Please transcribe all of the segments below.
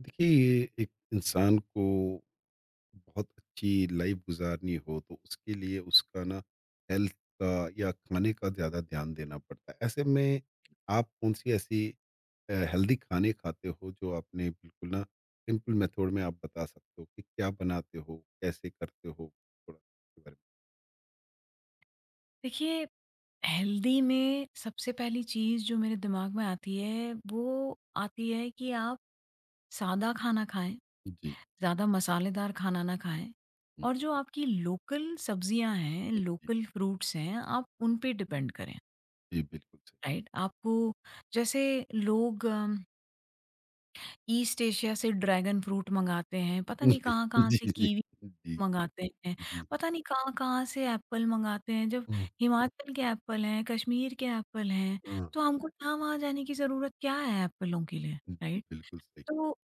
देखिए, ये एक इंसान को बहुत अच्छी लाइफ गुजारनी हो तो उसके लिए उसका ना हेल्थ का या खाने का ज़्यादा ध्यान देना पड़ता है। ऐसे में आप कौन सी ऐसी हेल्दी खाने खाते हो जो आपने बिल्कुल ना सिंपल मेथड में आप बता सकते हो कि क्या बनाते हो कैसे करते हो? थोड़ा इसके बारे देखिए, हेल्दी में सबसे पहली चीज़ जो मेरे दिमाग में आती है, वो आती है कि आप सादा खाना खाएँ, में। जी। ज़्यादा मसालेदार खाना ना खाएँ जी। और जो आपकी लोकल सब्जियाँ हैं, जी। लोकल फ्रूट्स हैं, आप उन पे डिपेंड करें, जी, बिल्कुल राइट? आपको जैसे लोग ईस्ट एशिया से ड्रैगन फ्रूट मँगाते हैं, पता नहीं सही। कहाँ-कहाँ जी। से जी। कीवी जी। मंगाते हैं। जी। पता नहीं कहाँ-कहाँ से एप्पल मंगाते हैं। जब हाँ। हिमाचल के एप्पल हैं, कश्मीर के एप्पल हैं, हाँ, तो हमको यहाँ वहाँ जाने की ज़रूरत क्या है एप्पलों के लिए, जी राइट? बिल्कुल सही। तो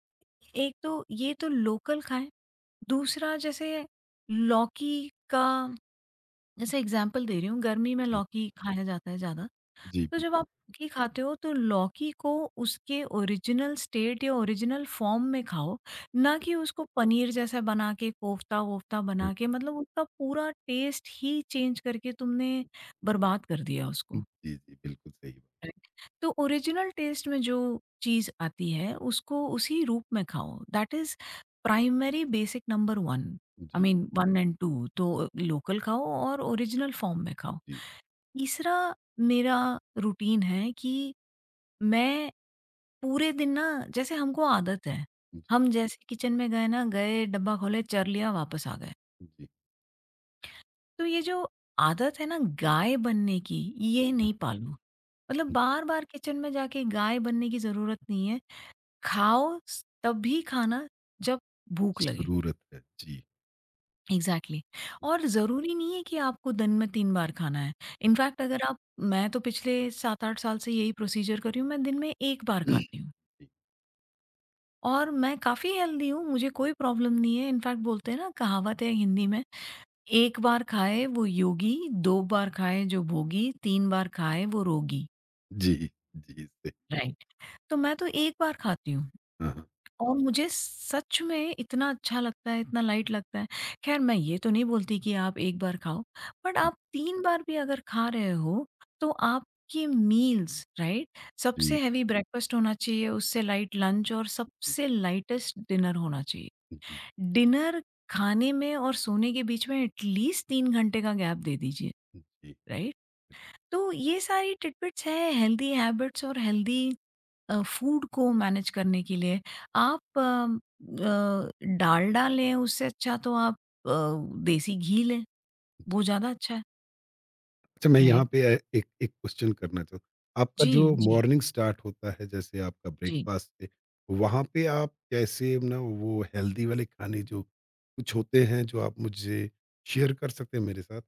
एक तो ये तो लोकल खाएँ, दूसरा जैसे लौकी का जैसे एग्ज़ाम्पल दे रही हूँ, गर्मी में जी। लौकी खाया जाता है ज़्यादा। जी तो जब बिल्कुल। आप लौकी खाते हो तो लौकी को उसके ओरिजिनल स्टेट या ओरिजिनल फॉर्म में खाओ, ना कि उसको पनीर जैसा बना के कोफ्ता-वोफ्ता बना के मतलब उसका पूरा टेस्ट ही चेंज करके तुमने बर्बाद कर दिया उसको, जी, जी, बिल्कुल सही बात। राइट? तो ओरिजिनल टेस्ट में जो चीज़ आती है उसको उसी रूप में खाओ, that is primary basic number 1। I जी, मीन 1 एंड 2 तो लोकल खाओ और ओरिजिनल फॉर्म में जी, खाओ। जी, जी। तीसरा मेरा रूटीन है कि मैं पूरे दिन ना जैसे हमको आदत है, हम जैसे किचन में गए ना, गए, डब्बा खोले, चर लिया, वापस आ गए। तो ये जो आदत है ना गाय बनने की, हुँ, ये हुँ, नहीं पालूँ। मतलब हुँ। बार-बार किचन में जाके गाय बनने की ज़रूरत नहीं है। खाओ स तभी खाना जब भूख लगे। ज़रूरत है। जी, एग्ज़ैक्टली। और ज़रूरी नहीं है कि आपको दिन में 3 बार खाना है। इनफैक्ट अगर आप मैं तो पिछले 7-8 साल से यही प्रोसीजर कर रही हूँ, मैं दिन में 1 बार खाती हूँ। जी, और मैं काफ़ी हेल्दी हूँ, मुझे कोई प्रॉब्लम नहीं है। इनफैक्ट बोलते हैं ना कहावत है हिंदी में, "1 बार खाए वो योगी, 2 बार खाए जो भोगी, 3 बार खाए वो रोगी।" जी, जी, सही। राइट? तो मैं तो 1 बार खाती हूँ हाँ, हाँ। और मुझे सच में इतना अच्छा लगता है, इतना लाइट लगता है। ख़ैर मैं ये तो नहीं बोलती कि आप 1 बार खाओ, बट आप 3 बार भी अगर खा रहे हो, तो आपकी मील्स राइट? सबसे जी, हेवी ब्रेकफ़ास्ट होना चाहिए, उससे लाइट लंच और जी, सबसे लाइटेस्ट डिनर होना चाहिए। जी, डिनर खाने में और सोने के बीच में एटलीस्ट 3 घंटे का गैप दे दीजिए, जी, जी। राइट? तो ये सारी टिटबिट्स हैं हेल्दी हैबिट्स और हेल्दी फूड को मैनेज करने के लिए। आप अ, डालडा लें उससे अच्छा तो आप अ, देसी घी लें, वो ज़्यादा अच्छा है, अच्छा, मैं यहाँ राइट? पे ए एक एक क्वेश्चन करना चाहूँ। आपका जी, जो जी, मॉर्निंग स्टार्ट होता है जैसे आपका जी। ब्रेकफ़ास्ट से, वहाँ पे आप कैसे ना वो हेल्दी वाले खाने जो कुछ होते हैं जो आप मुझे शेयर कर सकते हैं मेरे साथ?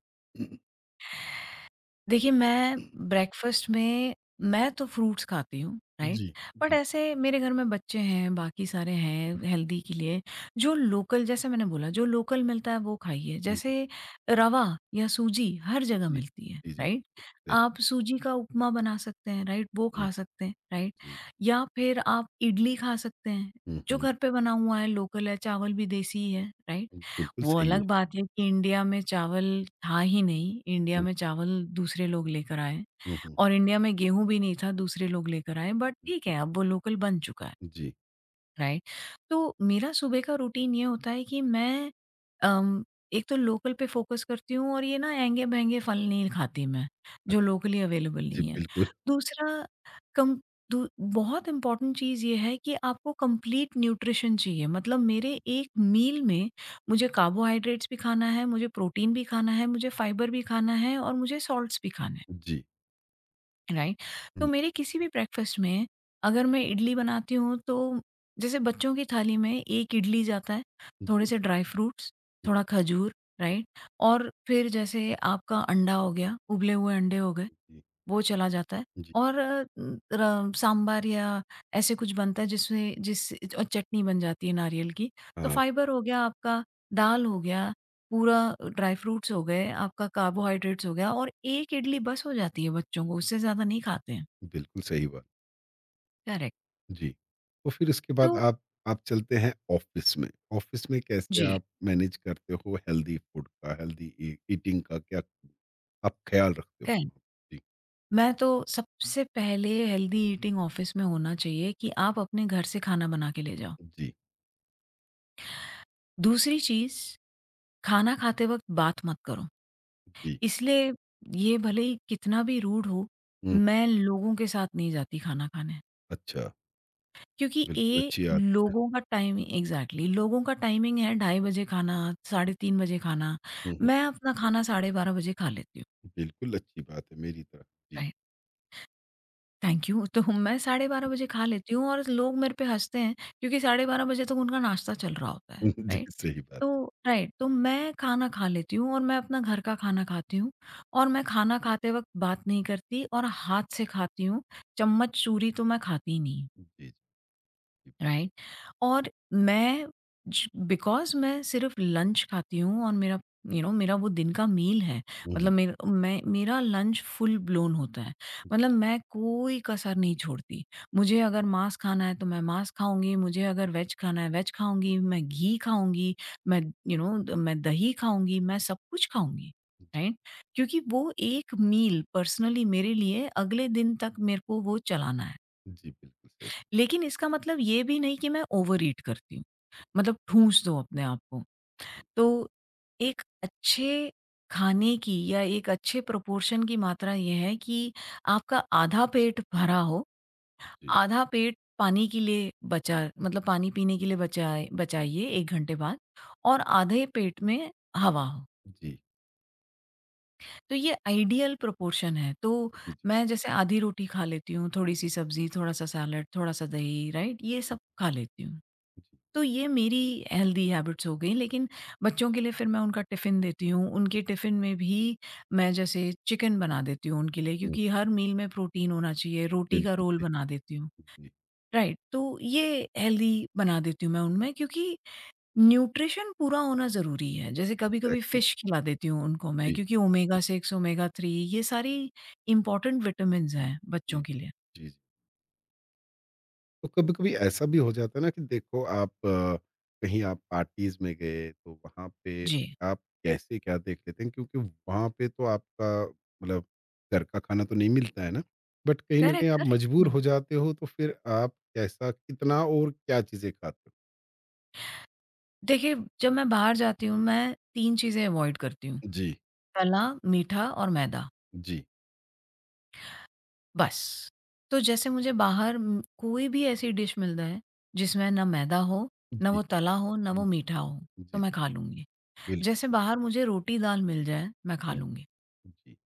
देखिए, मैं ब्रेकफ़ास्ट में मैं तो फ्रूट्स खाती हूँ, राइट? जी, बट जी, ऐसे मेरे घर में बच्चे हैं, बाकी सारे हैं जी, हेल्दी के लिए, जो लोकल जैसे मैंने बोला जो लोकल मिलता है वो खाइए। जी। जैसे रवा या सूजी हर जगह जी। मिलती है, जी, जी। राइट? बिल्कुल सही। आप सूजी का उपमा बना सकते हैं, राइट? वो हुँ, खा सकते हैं, राइट? जी। या फिर आप इडली खा सकते हैं, हुँ, जो हुँ। घर पे बना हुआ है, लोकल है, चावल भी देसी ही है, राइट? हुँ, बिल्कुल वो सही अलग है। बात है कि इंडिया में चावल था ही नहीं, इंडिया हुँ, में चावल दूसरे लोग लेकर आए हुँ। और इंडिया में गेहूँ भी नहीं था, दूसरे लोग लेकर आए बट ठीक जी, है, अब वो लोकल बन चुका है। जी। राइट। तो मेरा सुबह का रूटीन ये होता है कि मैं अम, एक तो लोकल पे फ़ोकस करती हूँ और ये ना महँगे-महँगे फल नहीं खाती मैं, अ, जो लोकली अवेलेबल जी, नहीं है। बिल्कुल। दूसरा कम दू बहुत इम्पोर्टेंट चीज़ ये है कि आपको कंप्लीट न्यूट्रिशन चाहिए मतलब मेरे एक मील में मुझे कार्बोहाइड्रेट्स भी खाना है, मुझे प्रोटीन भी खाना है, मुझे फाइबर भी खाना है और मुझे सॉल्ट्स भी खाने हैं। जी। राइट। तो हुँ, मेरे किसी भी ब्रेकफास्ट में अगर मैं इडली बनाती हूँ तो जैसे बच्चों की थाली में एक इडली जाता है, थोड़े जी, से ड्राई फ्रूट्स, थोड़ा खजूर, राइट। और फिर जैसे आपका अंडा हो गया, उबले हुए अंडे हो गए, जी, वो चला जाता है जी। और र सांभर या ऐसे कुछ बनता है जिसमें जिस और चटनी बन जाती है नारियल की। तो हाँ, फाइबर हो गया आपका, दाल हो गया, पूरा ड्राई फ्रूट्स हो गए, आपका कार्बोहाइड्रेट्स हो गया और 1 इडली बस हो जाती है बच्चों को, उससे ज़्यादा नहीं खाते हैं। बिल्कुल सही बात। करेक्ट। जी। तो फिर उसके तो बाद आप चलते हैं ऑफ़िस में। ऑफ़िस में कैसे जी, आप मैनेज करते हो हेल्दी फूड का, हेल्दी ई ईटिंग का क्या आप ख़्याल रखते हो? करेक्ट। जी, मैं तो सबसे पहले हेल्दी ईटिंग ऑफिस में होना चाहिए कि आप अपने घर से खाना बना के ले जाओ। जी, दूसरी चीज़, खाना खाते वक़्त बात मत करो। जी। इसलिए ये भले ही कितना भी रूड हो, हुँ, मैं लोगों के साथ नहीं जाती खाना खाने। अच्छा, क्योंकि बिल्कुल ये अच्छी आदत। लोगों का टाइम एग्ज़ैक्टली लोगों का टाइमिंग है ढाई बजे खाना, साढ़े 3 बजे खाना। हुँ, हुँ। मैं अपना खाना साढ़े 12 बजे खा लेती हूँ। बिल्कुल अच्छी बात है मेरी तरफ। जी। Thank you. तो मैं 12:30 बजे खा लेती हूँ और लोग मेरे पे हँसते हैं क्योंकि 12:30 बजे तक उनका नाश्ता चल रहा होता है, जी, राइट? सही बात। तो राइट, तो मैं खाना खा लेती हूँ और मैं अपना घर का खाना खाती हूँ और मैं खाना खाते वक़्त बात नहीं करती और हाथ से खाती हूँ, चम्मच-छुरी तो मैं खाती ही नहीं। जी, जी। राइट। और मैं बिकॉज मैं सिर्फ लंच खाती हूँ और मेरा यू you नो know, मेरा वो दिन का मील है हुँ, हुँ। मतलब मेरा लंच फुल ब्लोन होता है, जी, मतलब मैं कोई कसर नहीं छोड़ती, मुझे अगर मांस खाना है तो मैं मांस खाऊंगी, मुझे अगर वेज खाना है वेज खाऊंगी, मैं जी, घी खाऊंगी, मैं यू you नो मैं दही खाऊंगी, मैं सब कुछ खाऊंगी, जी, राइट। क्योंकि वो एक मील पर्सनली मेरे लिए अगले दिन तक मेरे को वो चलाना है। जी, बिल्कुल सही। लेकिन इसका मतलब ये भी नहीं कि मैं ओवरईट करती हूँ, मतलब ठूँस दो अपने आप को। तो एक अच्छे खाने की या एक अच्छे प्रोपोर्शन की मात्रा ये है कि आपका आधा पेट भरा हो, जी, आधा पेट पानी के लिए बचा मतलब पानी पीने के लिए बचाए बचाइए 1 घंटे बाद और आधे पेट में हवा हो। जी, तो ये आइडियल प्रोपोर्शन है। तो जी, जी। मैं जैसे आधी रोटी खा लेती हूँ, थोड़ी-सी सब्ज़ी, थोड़ा-सा सैलेड, थोड़ा-सा दही, राइट? ये हुँ, सब खा लेती हूँ। जी, तो ये मेरी हेल्दी हैबिट्स हो गई लेकिन बच्चों के लिए फिर मैं उनका टिफ़िन देती हूँ। उनके टिफ़िन में भी मैं जैसे चिकन बना देती हूँ उनके लिए हुँ, क्योंकि हर मील में प्रोटीन होना चाहिए, रोटी का बिल्कुल रोल सही। बना देती हूँ। जी, राइट, तो ये हेल्दी बना देती हूँ मैं उनमें क्योंकि न्यूट्रिशन पूरा होना ज़रूरी है। जैसे कभी-कभी एग्ज़ैक्टली। फ़िश खिला देती हूँ उनको मैं जी, क्योंकि ओमेगा 6, ओमेगा 3 ये सारी इम्पोर्टेंट विटामिन्स हैं जी, बच्चों के लिए। जी, जी। तो कभी-कभी ऐसा भी हो जाता है ना कि देखो आप कहीं आप पार्टीज़ में गए तो वहाँ पे जी। आप कैसे क्या देख लेते हैं? क्योंकि वहाँ पे तो आपका मतलब घर का खाना तो नहीं मिलता है ना? बट कहीं न कहीं करेक्ट, आप करेक्ट। मजबूर हुँ। हो जाते हो तो फिर आप कैसा कितना और क्या चीज़ें खाते हो? देखिए, जब मैं बाहर जाती हूँ, मैं 3 चीज़ें अवॉइड करती हूँ। जी। तला, मीठा और मैदा, जी, बस। तो जैसे मुझे बाहर कोई भी ऐसी डिश मिल जाए, जिसमें ना मैदा हो, ना जी। वो तला हो, ना वो हुँ, मीठा हो, तो जी, मैं खा लूँगी। बिल्कुल जैसे सही। बाहर मुझे रोटी-दाल मिल जाए, मैं खा लूँगी, हुँ, जी,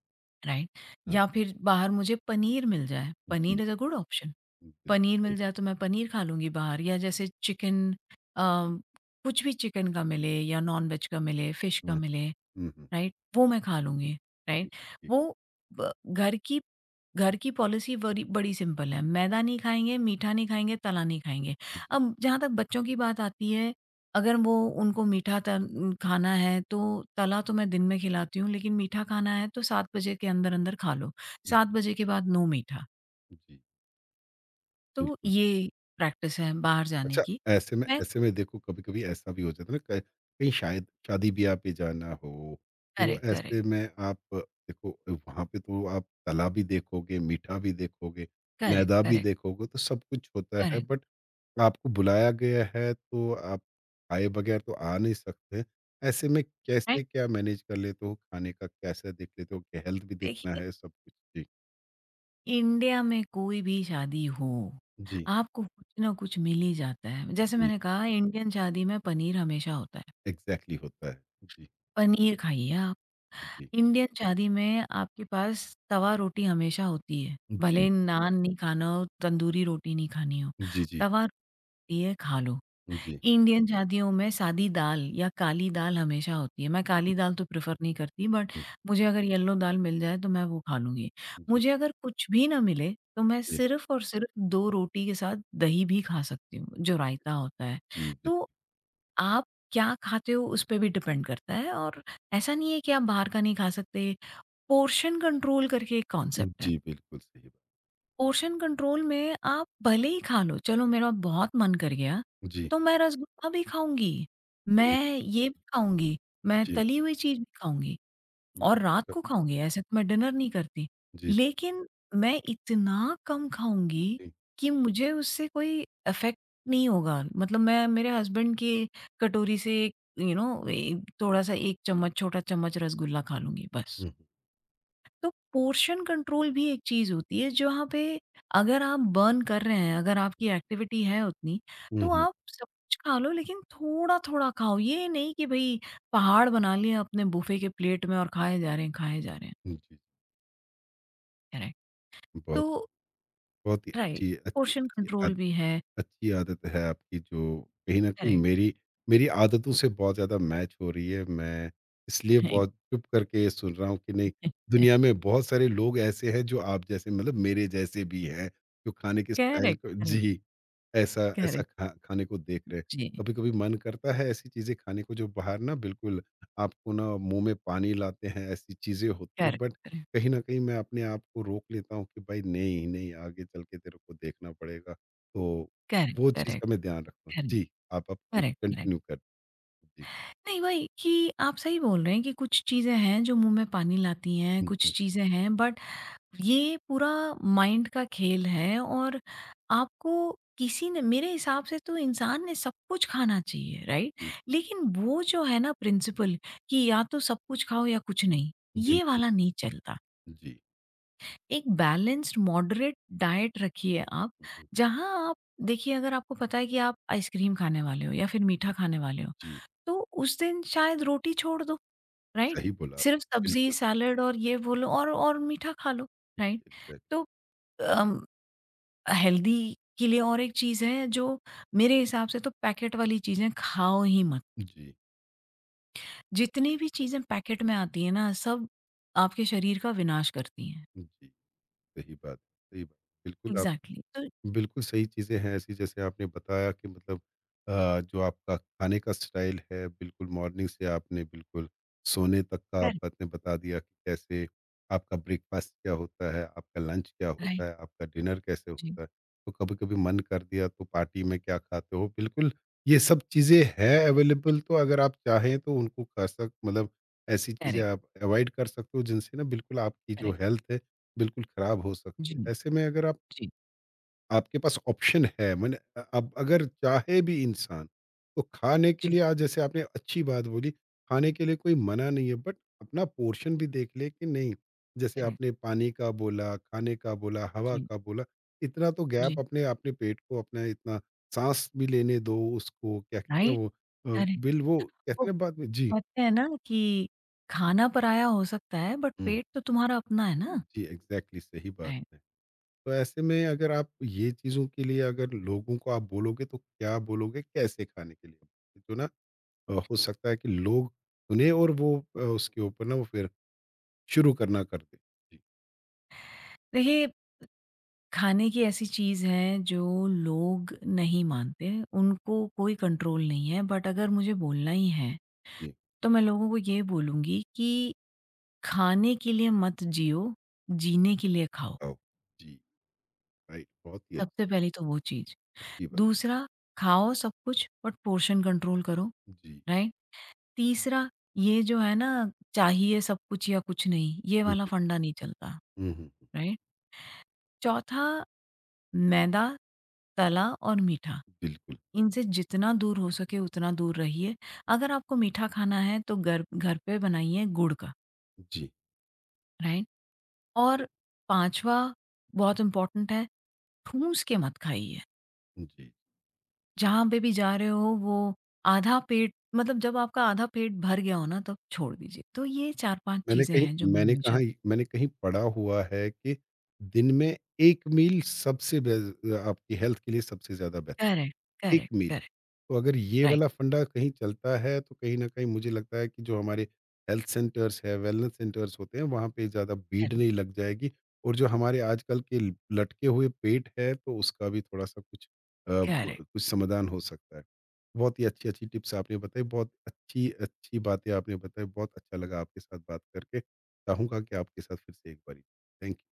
राइट? हाँ, या फिर बाहर मुझे पनीर मिल जाए, पनीर जी, इज़ अ गुड ऑप्शन। बिल्कुल पनीर मिल सही। जाए, तो मैं पनीर खा लूँगी बाहर या जैसे चिकन अ, कुछ भी चिकन का मिले या नॉन-वेज का मिले, फिश का हुँ, मिले, हुँ, राइट? वो मैं खा लूँगी, ठीक, राइट? ठीक, वो ब घर की पॉलिसी बड़ी बड़ी सिंपल है, मैदा नहीं खाएँगे, मीठा नहीं खाएँगे, तला नहीं खाएँगे। जी, अब जहाँ तक बच्चों की बात आती है, अगर वो उनको खाना है तो तला तो मैं दिन में खिलाती हूँ, लेकिन मीठा खाना है तो 7 बजे के अंदर-अंदर खा लो, हुँ, 7 बजे के बाद नो मीठा। जी, तो बिल्कुल। ये प्रैक्टिस है बाहर जाने अच्छा, की। ऐसे में मैं ऐसे में देखो कभी-कभी ऐसा भी हो जाता है ना क कहीं शायद शादी-ब्याह पे जाना हो, तो करेक्ट, ऐसे करेक्ट, में आप देखो वहाँ पे तो आप तला भी देखोगे, मीठा भी देखोगे, करेक्ट, मैदा भी करेक्ट, देखोगे, तो सब कुछ होता है करेक्ट, बट आपको बुलाया गया है तो आप आए बगैर तो आ नहीं सकते। ऐसे में कैसे राइट? क्या मैनेज कर लेते हो? खाने का कैसे देख लेते हो? कि हेल्थ भी देखना देखिए, है सब कुछ? जी। इंडिया में कोई भी शादी हो, जी। आपको कुछ ना कुछ मिल ही जाता है। जैसे जी, मैंने कहा इंडियन शादी में पनीर हमेशा होता है, एग्ज़ैक्टली होता है। जी, जी। पनीर खाइए आप। इंडियन शादी में आपके पास तवा रोटी हमेशा होती है, जी, भले नान नहीं खाना हो, तंदूरी रोटी नहीं खानी हो, जी, जी। तवा रोटी है खा लो। जी। इंडियन शादियों में सादी दाल या काली दाल हमेशा होती है। मैं जी, काली दाल तो प्रेफ़र नहीं करती बट हुँ, मुझे अगर येलो दाल मिल जाए तो मैं वो खा लूँगी। जी, मुझे अगर कुछ भी ना मिले तो मैं जी, सिर्फ़ और सिर्फ़ 2 रोटी के साथ दही भी खा सकती हूँ, जो रायता होता है। जी, बिल तो आप क्या खाते हो उस पे भी डिपेंड करता है और ऐसा नहीं है कि आप बाहर का नहीं खा सकते, पोर्शन कंट्रोल करके एक कॉन्सेप्ट है। जी, बिल्कुल सही बात। पोर्शन कंट्रोल में आप भले ही खा लो, चलो मेरा बहुत मन कर गया, जी, तो मैं रसगुल्ला भी खाऊँगी, सही मैं ये भी खाऊँगी, मैं जी, तली हुई चीज़ भी खाऊँगी और रात उसका को खाऊँगी, ऐसे तो मैं डिनर नहीं करती। जी, लेकिन मैं इतना कम खाऊँगी जी, कि मुझे उससे कोई इफ़ेक्ट नहीं होगा, मतलब मैं मेरे हस्बैंड की कटोरी से थोड़ा-सा 1 चम्मच छोटा चम्मच रसगुल्ला खा लूँगी, बस। हुँ, हुँ, तो पोर्शन कंट्रोल भी एक चीज़ होती है जहाँ पे अगर आप बर्न कर रहे हैं, अगर आपकी एक्टिविटी है उतनी, हुँ, तो हुँ, आप सब कुछ खा लो लेकिन थोड़ा-थोड़ा खाओ। ये नहीं कि भई पहाड़ बना लिए अपने बुफे के प्लेट में और खाए जा रहे हैं, खाए जा रहे हैं। हुँ, जी, करेक्ट। तो बहुत बहुत ही राइट, अच्छी अच्छी पोर्शन अच्छी कंट्रोल आद भी है। अच्छी आदत है आपकी जो कहीं न कहीं करेक्ट। मेरी मेरी आदतों से बहुत ज़्यादा मैच हो रही है। मैं इसलिए बहुत चुप करके सुन रहा हूँ कि नहीं, दुनिया में बहुत सारे लोग ऐसे हैं जो आप जैसे मतलब मेरे जैसे भी हैं, जो खाने के स्टाइल करेक्ट, को करेक्ट, जी। ऐसा ऐसा करेक्ट। खा खाने को देख रहे हैं। जी, कभी-कभी मन करता है ऐसी चीज़ें खाने को जो बाहर ना बिल्कुल आपको ना मुँह में पानी लाते हैं, ऐसी चीज़ें होती हैं करेक्ट, बट करेक्ट, कहीं न कहीं मैं अपने आप को रोक लेता हूँ कि भाई नहीं, नहीं आगे चल के तेरे को देखना पड़ेगा। तो करेक्ट, वो चीज़ करेक्ट, का मैं ध्यान रखता हूँ। करेक्ट, जी, आप अब कं करेक्ट, करेक्ट। कंटिन्यू कर। जी, नहीं वही कि आप सही बोल रहे हैं कि कुछ चीज़ें हैं जो मुँह में पानी लाती हैं, हुँ, कुछ हुँ, चीज़ें हैं बट ये पूरा माइंड का खेल है और आपको किसी ने मेरे हिसाब से तो इंसान ने सब कुछ खाना चाहिए, राइट? जी, लेकिन वो जो है ना प्रिंसिपल कि या तो सब कुछ खाओ या कुछ नहीं, ये बिल्कुल, वाला नहीं चलता। जी, एक बैलेंस्ड मॉडरेट डाइट रखिए आप, हुँ, हुँ, जहाँ आप देखिए अगर आपको पता है कि आप आइसक्रीम खाने वाले हो या फिर मीठा जी, खाने वाले हो, जी, तो उस दिन शायद रोटी छोड़ दो। राइट? सही बोला सिर्फ़ आपने, सब्ज़ी, बिल्कुल, सैलेड और ये वो लो और मीठा खा लो, जी, राइट? एग्ज़ैक्ट तो अम, हेल्दी के लिए और एक चीज़ है जो मेरे हिसाब से तो पैकेट वाली चीज़ें खाओ ही मत। जी, जितनी भी चीज़ें पैकेट में आती हैं ना, सब आपके शरीर का विनाश करती हैं। जी, सही बात, बिल्कुल आप एग्ज़ैक्टली। तो बिल्कुल सही चीज़ें हैं ऐसी जैसे आपने बताया कि मतलब जो आपका खाने का स्टाइल है बिल्कुल मॉर्निंग से आपने बिल्कुल सोने तक का करेक्ट, आपने बता दिया कि कैसे आपका ब्रेकफास्ट क्या होता है, आपका लंच क्या होता राइट, है, आपका डिनर कैसे जी, होता है। तो कभी-कभी मन कर दिया तो पार्टी में क्या खाते हो, बिल्कुल ये सब चीज़ें हैं अवेलेबल। तो अगर आप चाहें तो उनको खा सक मतलब ऐसी चीज़ें करेक्ट, आप अवॉइड कर सकते हो जिनसे ना बिल्कुल आपकी जो करेक्ट, हेल्थ है, बिल्कुल खराब हो सकती जी, है। ऐसे में अगर आप जी, आपके पास ऑप्शन है। मैंने अब अगर चाहे भी इंसान तो खाने के लिए जी, आज जैसे आपने अच्छी बात बोली, खाने के लिए कोई मना नहीं है बट अपना पोर्शन भी देख ले कि नहीं। जैसे करेक्ट, आपने पानी का बोला खाने का बोला हवा जी, का बोला, इतना तो गैप जी, अपने अपने पेट को अपना इतना सांस भी लेने दो उसको क्या कहते हैं राइट, वो, करेक्ट। बिल वो वो कहते हैं ना बात में। जी। कहते हैं ना कि खाना पराया हो सकता है बट हम्म, पेट तो तुम्हारा अपना है ना? जी एग्जैक्टली सही बात राइट। है। तो ऐसे में अगर आप ये चीज़ों के लिए अगर लोगों को आप बोलोगे तो क्या बोलोगे, कैसे खाने के लिए? तो ना हो सकता है कि लोग सुने और वो उसके ऊपर ना वो फिर शुरू करना कर दें। जी। देखिए, खाने की ऐसी चीज़ है जो लोग नहीं मानते, उनको कोई कंट्रोल नहीं है बट अगर मुझे बोलना ही है, जी। तो मैं लोगों को ये बोलूँगी कि खाने के लिए मत जियो, जीने के लिए खाओ। ओ। जी, राइट, बहुत ही अच्छी सबसे पहली तो वो चीज़। अच्छी बात। दूसरा, खाओ सब कुछ बट पोर्शन कंट्रोल करो, जी। राइट? तीसरा, ये जो है ना चाहिए सब कुछ या कुछ नहीं, ये हुँ, वाला फंडा नहीं चलता, हुँ, राइट? चौथा, मैदा, तला और मीठा, बिल्कुल। इनसे जितना दूर हो सके उतना दूर रहिए। अगर आपको मीठा खाना है तो घर घर पे बनाइए गुड़ का, जी, राइट? और पाँचवा बहुत इम्पोर्टेंट है, ठूँस के मत खाइए। जी। जहाँ पे भी जा रहे हो वो आधा पेट मतलब जब आपका आधा पेट भर गया हो ना तब छोड़ दीजिए। तो ये 4-5 मैंने चीज़ें कहीं हैं जो मैं मैंने कहा हमेशा मैंने कहीं पढ़ा हुआ है कि दिन में 1 मील सबसे बे आपकी हेल्थ के लिए सबसे ज़्यादा करेक्ट, बेहतर 1 करेक्ट, मील। करेक्ट, तो अगर ये राइट, वाला फंडा कहीं चलता है तो कहीं न कहीं मुझे लगता है कि जो हमारे हेल्थ सेंटर्स है, वेलनेस सेंटर्स होते हैं वहाँ पे ज़्यादा भीड़ करेक्ट, नहीं लग जाएगी और जो हमारे आजकल के ल लटके हुए पेट है तो उसका भी थोड़ा-सा कुछ अ, ब करेक्ट। कुछ समाधान हो सकता है। बहुत ही अच्छी-अच्छी टिप्स आपने बताई, बहुत अच्छी-अच्छी बातें आपने बताई, बहुत अच्छा लगा आपके साथ बात करके। चाहूँगा कि आपके साथ फिर से एक बारी। Thank you.